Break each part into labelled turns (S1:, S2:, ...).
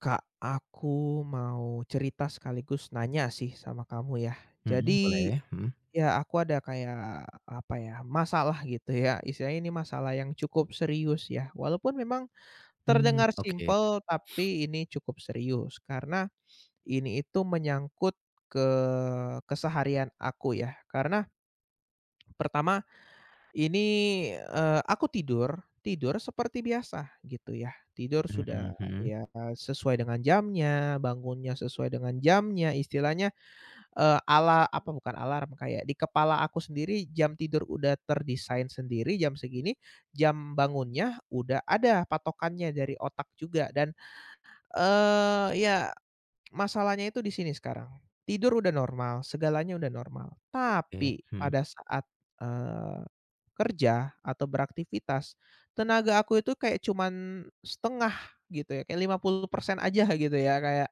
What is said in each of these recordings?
S1: Kak, aku mau cerita sekaligus nanya sih sama kamu ya. Jadi
S2: Mhm, boleh. Mhm.
S1: ya aku ada kayak apa ya masalah gitu ya. Istilahnya ini masalah yang cukup serius ya. Walaupun memang
S2: Mmm,
S1: terdengar
S2: oke.
S1: simpel tapi ini cukup serius karena ini itu menyangkut ke keseharian aku ya. Karena pertama ini, aku tidur tidur seperti biasa gitu ya, tidur
S2: Mhm
S1: sudah
S2: mhm.
S1: ya sesuai dengan jamnya, bangunnya sesuai dengan jamnya, istilahnya, ala apa bukan alarm, kayak di kepala aku sendiri jam tidur udah terdesain sendiri jam segini, jam bangunnya udah ada patokannya dari otak juga dan, ya. Masalahnya itu di sini sekarang, tidur udah normal, segalanya udah normal,
S2: Oke.
S1: tapi
S2: Mhm
S1: pada saat, eee, kerja atau beraktivitas, tenaga aku itu kayak cuman setengah gitu ya, kayak 50% aja gitu ya, kayak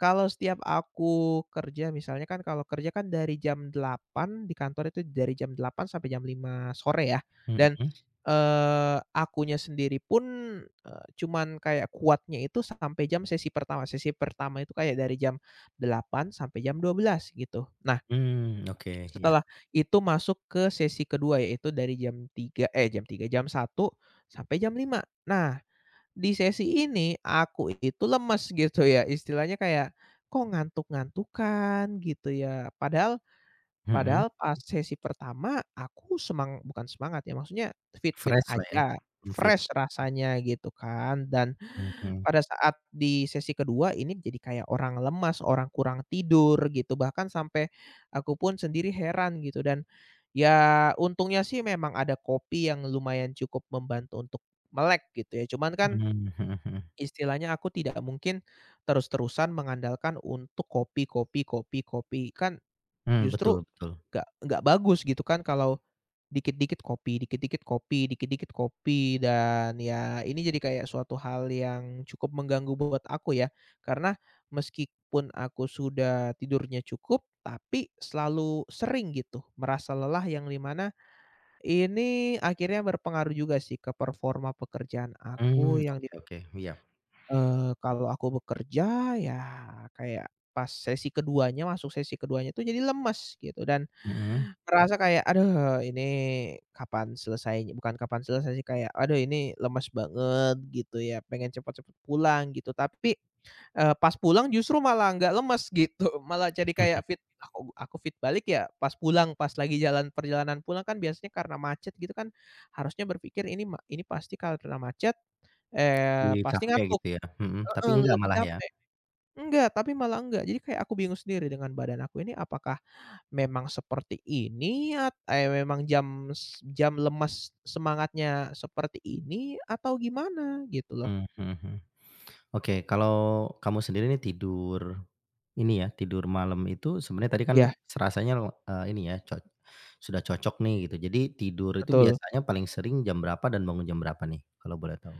S1: kalau setiap aku kerja misalnya kan kalau kerja kan dari jam 8 di kantor itu dari jam 8 sampai jam 5 sore ya, dan
S2: mhm.
S1: Akunya sendiri pun, cuman kayak kuatnya itu sampai jam sesi pertama. Sesi pertama itu kayak dari jam 8 sampai jam 12 gitu. Nah,
S2: Mmm, oke, iya.
S1: setelah itu masuk ke sesi kedua yaitu dari jam tiga eh, jam tiga jam 1 sampai jam lima. Nah, di sesi ini aku itu lemes gitu ya, istilahnya kayak, "Kok ngantuk-ngantukan?" Gitu ya. Padahal
S2: Mhm.
S1: Padahal pas sesi pertama aku bukan semangat ya, maksudnya fit-fit
S2: Fresh lah ya.
S1: aja,
S2: Mmm, fit.
S1: fresh rasanya gitu kan. Dan
S2: Mhm.
S1: pada saat di sesi kedua ini jadi kayak orang lemas, orang kurang tidur gitu, bahkan sampai aku pun sendiri heran gitu. Dan ya untungnya sih memang ada kopi yang lumayan cukup membantu untuk melek gitu ya. Cuman kan
S2: Mmm, mhm mhm.
S1: istilahnya aku tidak mungkin terus-terusan mengandalkan untuk kopi kopi kopi kopi, kan
S2: Mmm, betul
S1: justru
S2: betul.
S1: nggak bagus gitu kan kalau dikit-dikit kopi dikit-dikit kopi dikit-dikit kopi dan ya ini jadi kayak suatu hal yang cukup mengganggu buat aku ya. Karena meskipun aku sudah tidurnya cukup, tapi selalu sering gitu merasa lelah yang dimana ini akhirnya berpengaruh juga sih ke performa pekerjaan aku
S2: Mmm,
S1: yang di
S2: oke oke, iya.
S1: kalau aku bekerja ya kayak pas sesi keduanya masuk sesi keduanya tuh jadi lemes gitu dan
S2: Mhm.
S1: merasa kayak, "Aduh ini kapan selesainya?" Bukan kapan selesai sih, kayak, "Aduh ini lemes banget," gitu ya, pengen cepet-cepet pulang gitu. Tapi, pas pulang justru malah nggak lemes gitu, malah jadi kayak fit, aku fit balik ya pas pulang, pas lagi jalan perjalanan pulang kan biasanya karena macet gitu kan, harusnya berpikir ini pasti karena macet, pasti
S2: Capek
S1: ngantuk,
S2: gitu ya, mhm, tapi
S1: heeh,
S2: enggak
S1: lebih
S2: malah ya?
S1: capek. Enggak, tapi malah enggak. Jadi kayak aku bingung sendiri dengan badan aku ini apakah memang seperti ini, memang jam lemas semangatnya seperti ini atau gimana gitu loh.
S2: Mmm, mhm mhm. Oke, kalau kamu sendiri nih tidur ini ya, tidur malam itu sebenarnya tadi kan
S1: Ya
S2: serasanya, ini ya, sudah cocok nih gitu. Jadi tidur itu
S1: betul.
S2: biasanya paling sering jam berapa dan bangun jam berapa nih, kalau boleh tahu?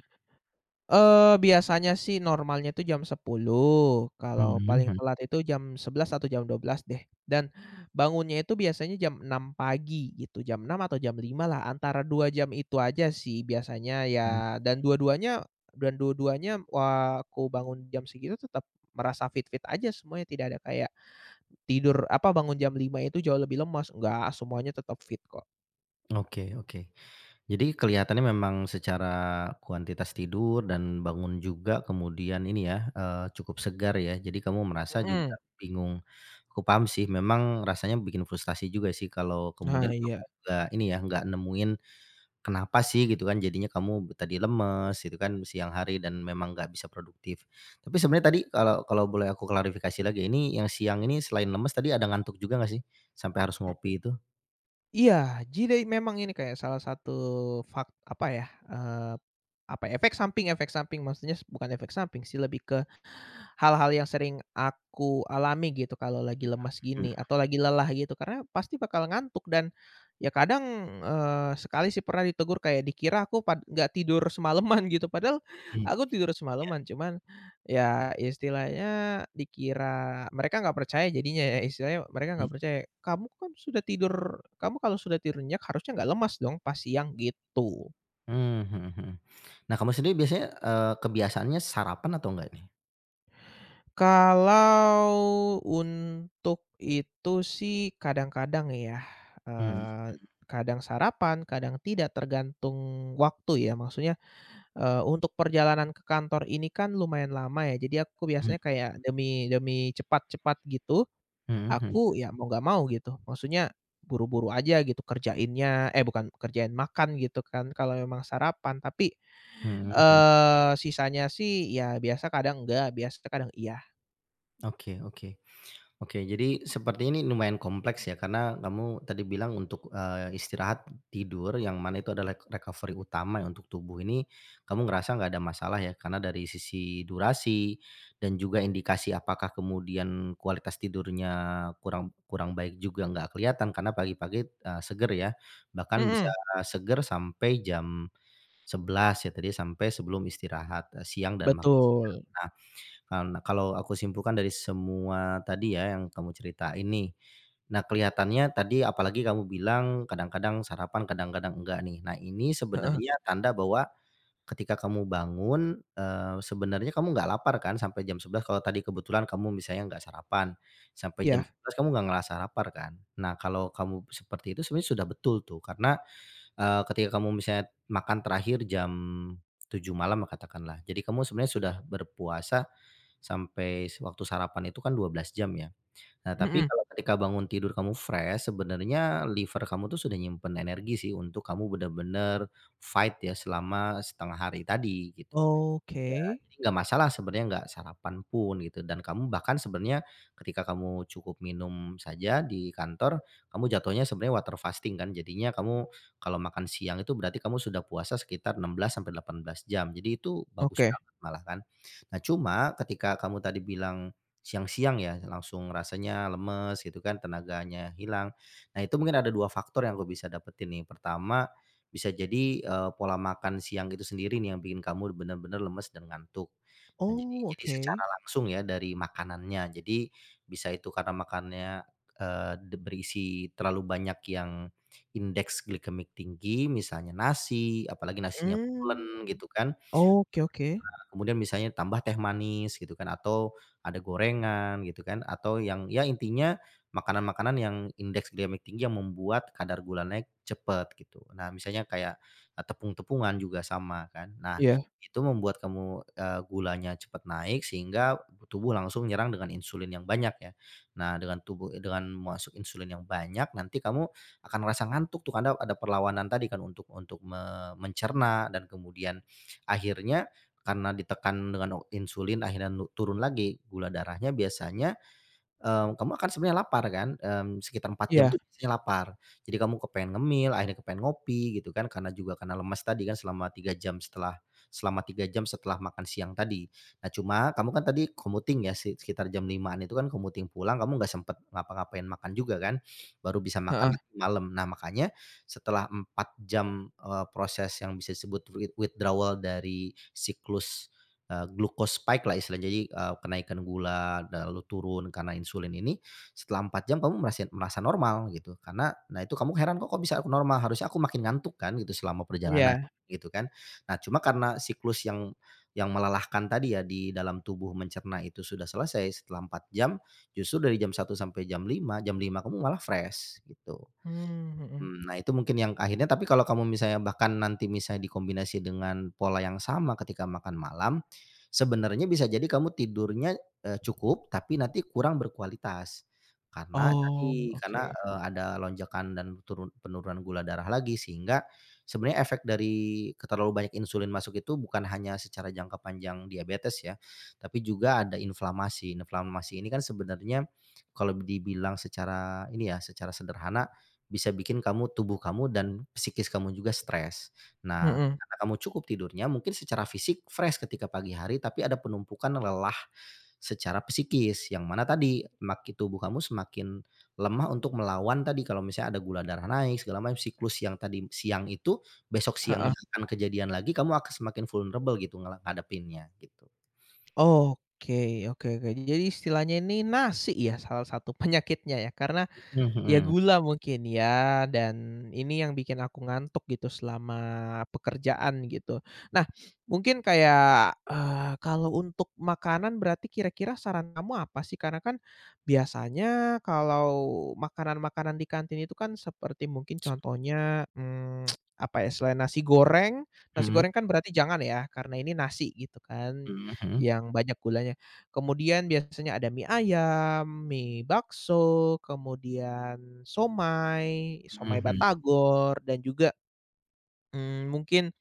S1: Biasanya sih normalnya itu jam 10, kalau paling
S2: Mhm
S1: telat itu jam 11 atau jam 12 deh, dan bangunnya itu biasanya jam 6 pagi gitu, jam 6 atau jam 5 lah, antara 2 jam itu aja sih biasanya
S2: mhm.
S1: ya, dan dua-duanya dan dua-duanya, aku bangun jam segitu tetap merasa fit-fit aja semuanya, tidak ada kayak tidur apa, bangun jam 5 itu jauh lebih lemas, enggak, semuanya tetap fit kok.
S2: Oke oke. Jadi kelihatannya memang secara kuantitas tidur dan bangun juga kemudian ini ya, cukup segar ya. Jadi kamu merasa juga
S1: Mhm,
S2: bingung. Aku paham sih memang rasanya bikin frustasi juga sih kalau
S1: nah
S2: kemudian
S1: iya.
S2: kamu nggak ini ya, nggak nemuin kenapa sih gitu kan jadinya kamu tadi lemes gitu kan siang hari dan memang nggak bisa produktif. Tapi sebenarnya tadi kalau kalau boleh aku klarifikasi lagi ini yang siang ini selain lemes tadi ada ngantuk juga nggak sih? Sampai harus ngopi itu?
S1: Iya, jadi memang ini kayak salah satu fak apa ya, apa efek samping, maksudnya bukan efek samping sih, lebih ke hal-hal yang sering aku alami gitu kalau lagi lemas
S2: Mhm
S1: gini atau lagi lelah gitu karena pasti bakal ngantuk dan ya kadang, sekali sih pernah ditegur kayak dikira aku nggak tidur semalaman gitu padahal
S2: mhm.
S1: aku tidur semalaman cuman ya istilahnya dikira mereka nggak percaya jadinya ya istilahnya mereka nggak percaya, "Kamu kan sudah tidur, kamu kalau sudah tidur nyenyak harusnya nggak lemas dong pas siang," gitu.
S2: Mmm, mhm mhm. Nah kamu sendiri biasanya, kebiasaannya sarapan atau enggak nih?
S1: Kalau untuk itu sih kadang-kadang ya,
S2: Mmm.
S1: eee, kadang sarapan, kadang tidak, tergantung waktu ya. Maksudnya, untuk perjalanan ke kantor ini kan lumayan lama ya, jadi aku
S2: Mhm
S1: biasanya
S2: mhm.
S1: kayak demi demi cepat-cepat gitu,
S2: Mhm mhm.
S1: aku ya mau nggak mau gitu, maksudnya buru-buru aja gitu kerjainnya eh bukan kerjain, makan gitu kan kalau memang sarapan. Tapi,
S2: Mhm. Mhm mhm.
S1: sisanya sih ya biasa kadang enggak, biasa kadang iya.
S2: Oke oke. Oke, jadi seperti ini lumayan kompleks ya karena kamu tadi bilang untuk, istirahat tidur yang mana itu adalah recovery utama ya untuk tubuh ini, kamu ngerasa nggak ada masalah ya karena dari sisi durasi dan juga indikasi apakah kemudian kualitas tidurnya kurang kurang baik juga nggak kelihatan karena pagi-pagi, seger ya, bahkan bisa
S1: Mhm.
S2: seger sampai jam 11 ya tadi sampai sebelum istirahat, siang dan makan siang.
S1: Betul,
S2: Nah karena kalau aku simpulkan dari semua tadi ya yang kamu cerita ini, nah, kelihatannya tadi apalagi kamu bilang kadang-kadang sarapan, kadang-kadang enggak nih. Nah, ini
S1: heeh,
S2: sebenarnya tanda bahwa ketika kamu bangun, sebenarnya kamu nggak lapar kan sampai jam 11. Kalau tadi kebetulan kamu misalnya nggak sarapan, sampai jam
S1: iya.
S2: sebelas kamu nggak ngerasa lapar kan? Nah, kalau kamu seperti itu sebenarnya sudah betul tuh karena, ketika kamu misalnya makan terakhir jam 7 malam katakanlah, jadi kamu sebenarnya sudah berpuasa sampai waktu sarapan itu kan 12 jam ya. Nah, tapi
S1: Mhm.
S2: kalau ketika bangun tidur kamu fresh, sebenarnya liver kamu tuh sudah nyimpen energi sih untuk kamu benar-benar fight ya selama setengah hari tadi gitu. Ya,
S1: Oke.
S2: jadi nggak masalah sebenarnya nggak sarapan pun gitu dan kamu bahkan sebenarnya ketika kamu cukup minum saja di kantor, kamu jatuhnya sebenarnya water fasting kan jadinya kamu kalau makan siang itu berarti kamu sudah puasa sekitar 16 sampai 18 jam. Jadi itu bagus
S1: Oke.
S2: banget malah kan. Nah cuma ketika kamu tadi bilang siang-siang ya langsung rasanya lemes gitu kan tenaganya hilang. Nah itu mungkin ada 2 faktor yang aku bisa dapetin nih. Pertama bisa jadi, pola makan siang itu sendiri nih yang bikin kamu benar-benar lemes dan ngantuk. Nah, jadi
S1: Oh,
S2: jadi
S1: oke.
S2: secara langsung ya dari makanannya. Jadi bisa itu karena makannya, eee, de berisi terlalu banyak yang indeks glikemik tinggi, misalnya nasi, apalagi nasinya pulen
S1: Mmm.
S2: gitu kan
S1: Oke, oke.
S2: kemudian misalnya tambah teh manis gitu kan atau ada gorengan gitu kan atau yang ya intinya makanan-makanan yang indeks glikemik tinggi yang membuat kadar gula naik cepet gitu. Nah misalnya kayak, tepung-tepungan juga sama kan. Nah
S1: Iya,
S2: itu membuat kamu, gulanya cepat naik sehingga tubuh langsung nyerang dengan insulin yang banyak ya. Nah dengan tubuh dengan masuk insulin yang banyak nanti kamu akan ngerasa ngantuk tuh karena ada perlawanan tadi kan untuk mencerna dan kemudian akhirnya karena ditekan dengan insulin akhirnya turun lagi gula darahnya biasanya, mmm, kamu akan sebenarnya lapar kan, mmm, sekitar 4 jam tuh
S1: iya.
S2: biasanya lapar. Jadi kamu kepengen ngemil, akhirnya kepengen ngopi gitu kan karena juga karena lemas tadi kan selama 3 jam setelah makan siang tadi. Nah cuma kamu kan tadi commuting ya sekitar jam limaan itu kan commuting pulang kamu nggak sempet ngapa-ngapain makan juga kan, baru bisa makan
S1: Heeh,
S2: nanti malam. Nah makanya setelah 4 jam, proses yang bisa disebut withdrawal dari siklus glucose spike lah istilahnya. Jadi, kenaikan gula dan lalu turun karena insulin ini, setelah 4 jam kamu merasa normal gitu. Karena nah itu kamu heran, "Kok kok bisa aku normal? Harusnya aku makin ngantuk kan," gitu, "selama perjalanan,"
S1: iya,
S2: gitu kan. Nah cuma karena siklus yang melelahkan tadi ya di dalam tubuh mencerna itu sudah selesai, setelah 4 jam, justru dari jam 1 sampai jam 5 kamu malah fresh gitu.
S1: mmm, mhm.
S2: Mmm, nah itu mungkin yang akhirnya tapi kalau kamu misalnya bahkan nanti misalnya dikombinasi dengan pola yang sama ketika makan malam, sebenarnya bisa jadi kamu tidurnya, cukup tapi nanti kurang berkualitas. Karena
S1: Oh,
S2: tadi,
S1: oke.
S2: karena, ada lonjakan dan turun penurunan gula darah lagi sehingga sebenarnya efek dari terlalu banyak insulin masuk itu bukan hanya secara jangka panjang diabetes ya, tapi juga ada inflamasi. Inflamasi ini kan sebenarnya kalau dibilang secara ini ya, secara sederhana bisa bikin kamu tubuh kamu dan psikis kamu juga stres. Nah,
S1: Mhm,
S2: karena kamu cukup tidurnya mungkin secara fisik fresh ketika pagi hari, tapi ada penumpukan lelah secara psikis, yang mana tadi tubuh kamu semakin lemah untuk melawan tadi kalau misalnya ada gula darah naik segala macam, siklus yang tadi siang itu, besok
S1: heeh.
S2: siangnya akan kejadian lagi, kamu akan semakin vulnerable gitu ngadepinnya gitu.
S1: Oke, oke, oke. Jadi istilahnya ini nasi ya salah satu penyakitnya ya karena
S2: Mhm
S1: ya
S2: mhm.
S1: gula mungkin ya, dan ini yang bikin aku ngantuk gitu selama pekerjaan gitu. Nah, mungkin kayak, kalau untuk makanan berarti kira-kira saran kamu apa sih? Karena kan biasanya kalau makanan-makanan di kantin itu kan seperti mungkin contohnya, mmm, apa ya, selain nasi
S2: Mhm
S1: goreng kan berarti jangan ya, karena ini nasi gitu kan,
S2: mhm mhm.
S1: yang banyak gulanya. Kemudian biasanya ada mie ayam, mie bakso, kemudian somai,
S2: Mhm
S1: somai
S2: mhm
S1: batagor, dan juga, mmm, mungkin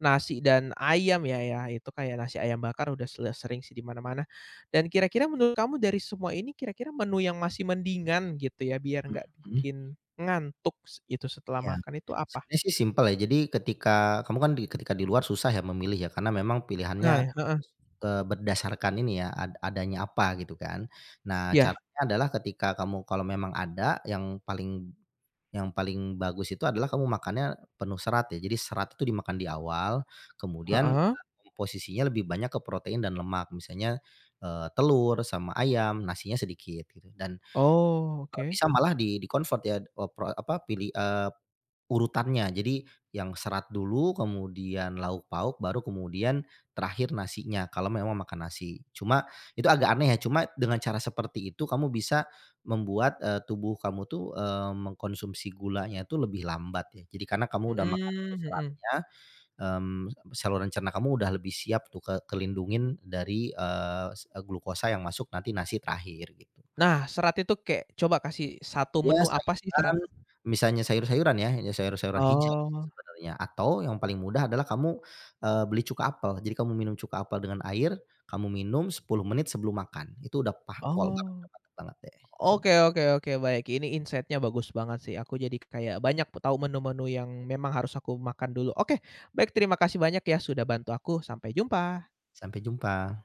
S1: nasi dan ayam ya ya, itu kayak nasi ayam bakar udah sering sih di mana-mana. Dan kira-kira menurut kamu dari semua ini kira-kira menu yang masih mendingan gitu ya, biar nggak
S2: mhm.
S1: bikin ngantuk itu setelah
S2: Iya,
S1: makan itu apa?
S2: sebenarnya sih simpel ya. Jadi ketika kamu kan ketika di luar susah ya memilih ya, karena memang
S1: Nah
S2: pilihannya,
S1: ya heeh.
S2: berdasarkan ini ya, adanya apa gitu kan. Nah,
S1: Iya,
S2: caranya adalah ketika kamu kalau memang ada yang paling bagus itu adalah kamu makannya penuh serat ya. Jadi serat itu dimakan di awal, kemudian,
S1: heeh.
S2: komposisinya lebih banyak ke protein dan lemak. Misalnya, telur sama ayam, nasinya sedikit gitu. Dan
S1: Oh,
S2: kalau
S1: oke.
S2: bisa malah di-convert ya, eee, pro apa, pilih eee, urutannya, jadi yang serat dulu, kemudian lauk pauk, baru kemudian terakhir nasinya, kalau memang makan nasi. Cuma itu agak aneh ya, cuma dengan cara seperti itu kamu bisa membuat, tubuh kamu tuh, mengkonsumsi gulanya itu lebih lambat ya. Jadi karena kamu udah makan tuh
S1: Mhm, mhm.
S2: seratnya, mmm, saluran cerna kamu udah lebih siap tuh kelindungin dari, eee, s glukosa yang masuk nanti nasi terakhir gitu.
S1: Nah, serat itu kayak coba kasih satu
S2: Ya
S1: menu apa sih
S2: sayuran,
S1: serat?
S2: misalnya sayur-sayuran ya, ya sayur-sayuran hijau sih
S1: Oh,
S2: sebenarnya atau yang paling mudah adalah kamu, beli cuka apel. Jadi kamu minum cuka apel dengan air, kamu minum 10 menit sebelum makan, itu udah pol banget
S1: oh,
S2: udah mantap banget deh, coba.
S1: oke, oke, oke, baik, ini insight-nya bagus banget sih aku jadi kayak banyak tahu menu-menu yang memang harus aku makan dulu. Oke, baik, terima kasih banyak ya sudah bantu aku, sampai jumpa.
S2: Sampai jumpa.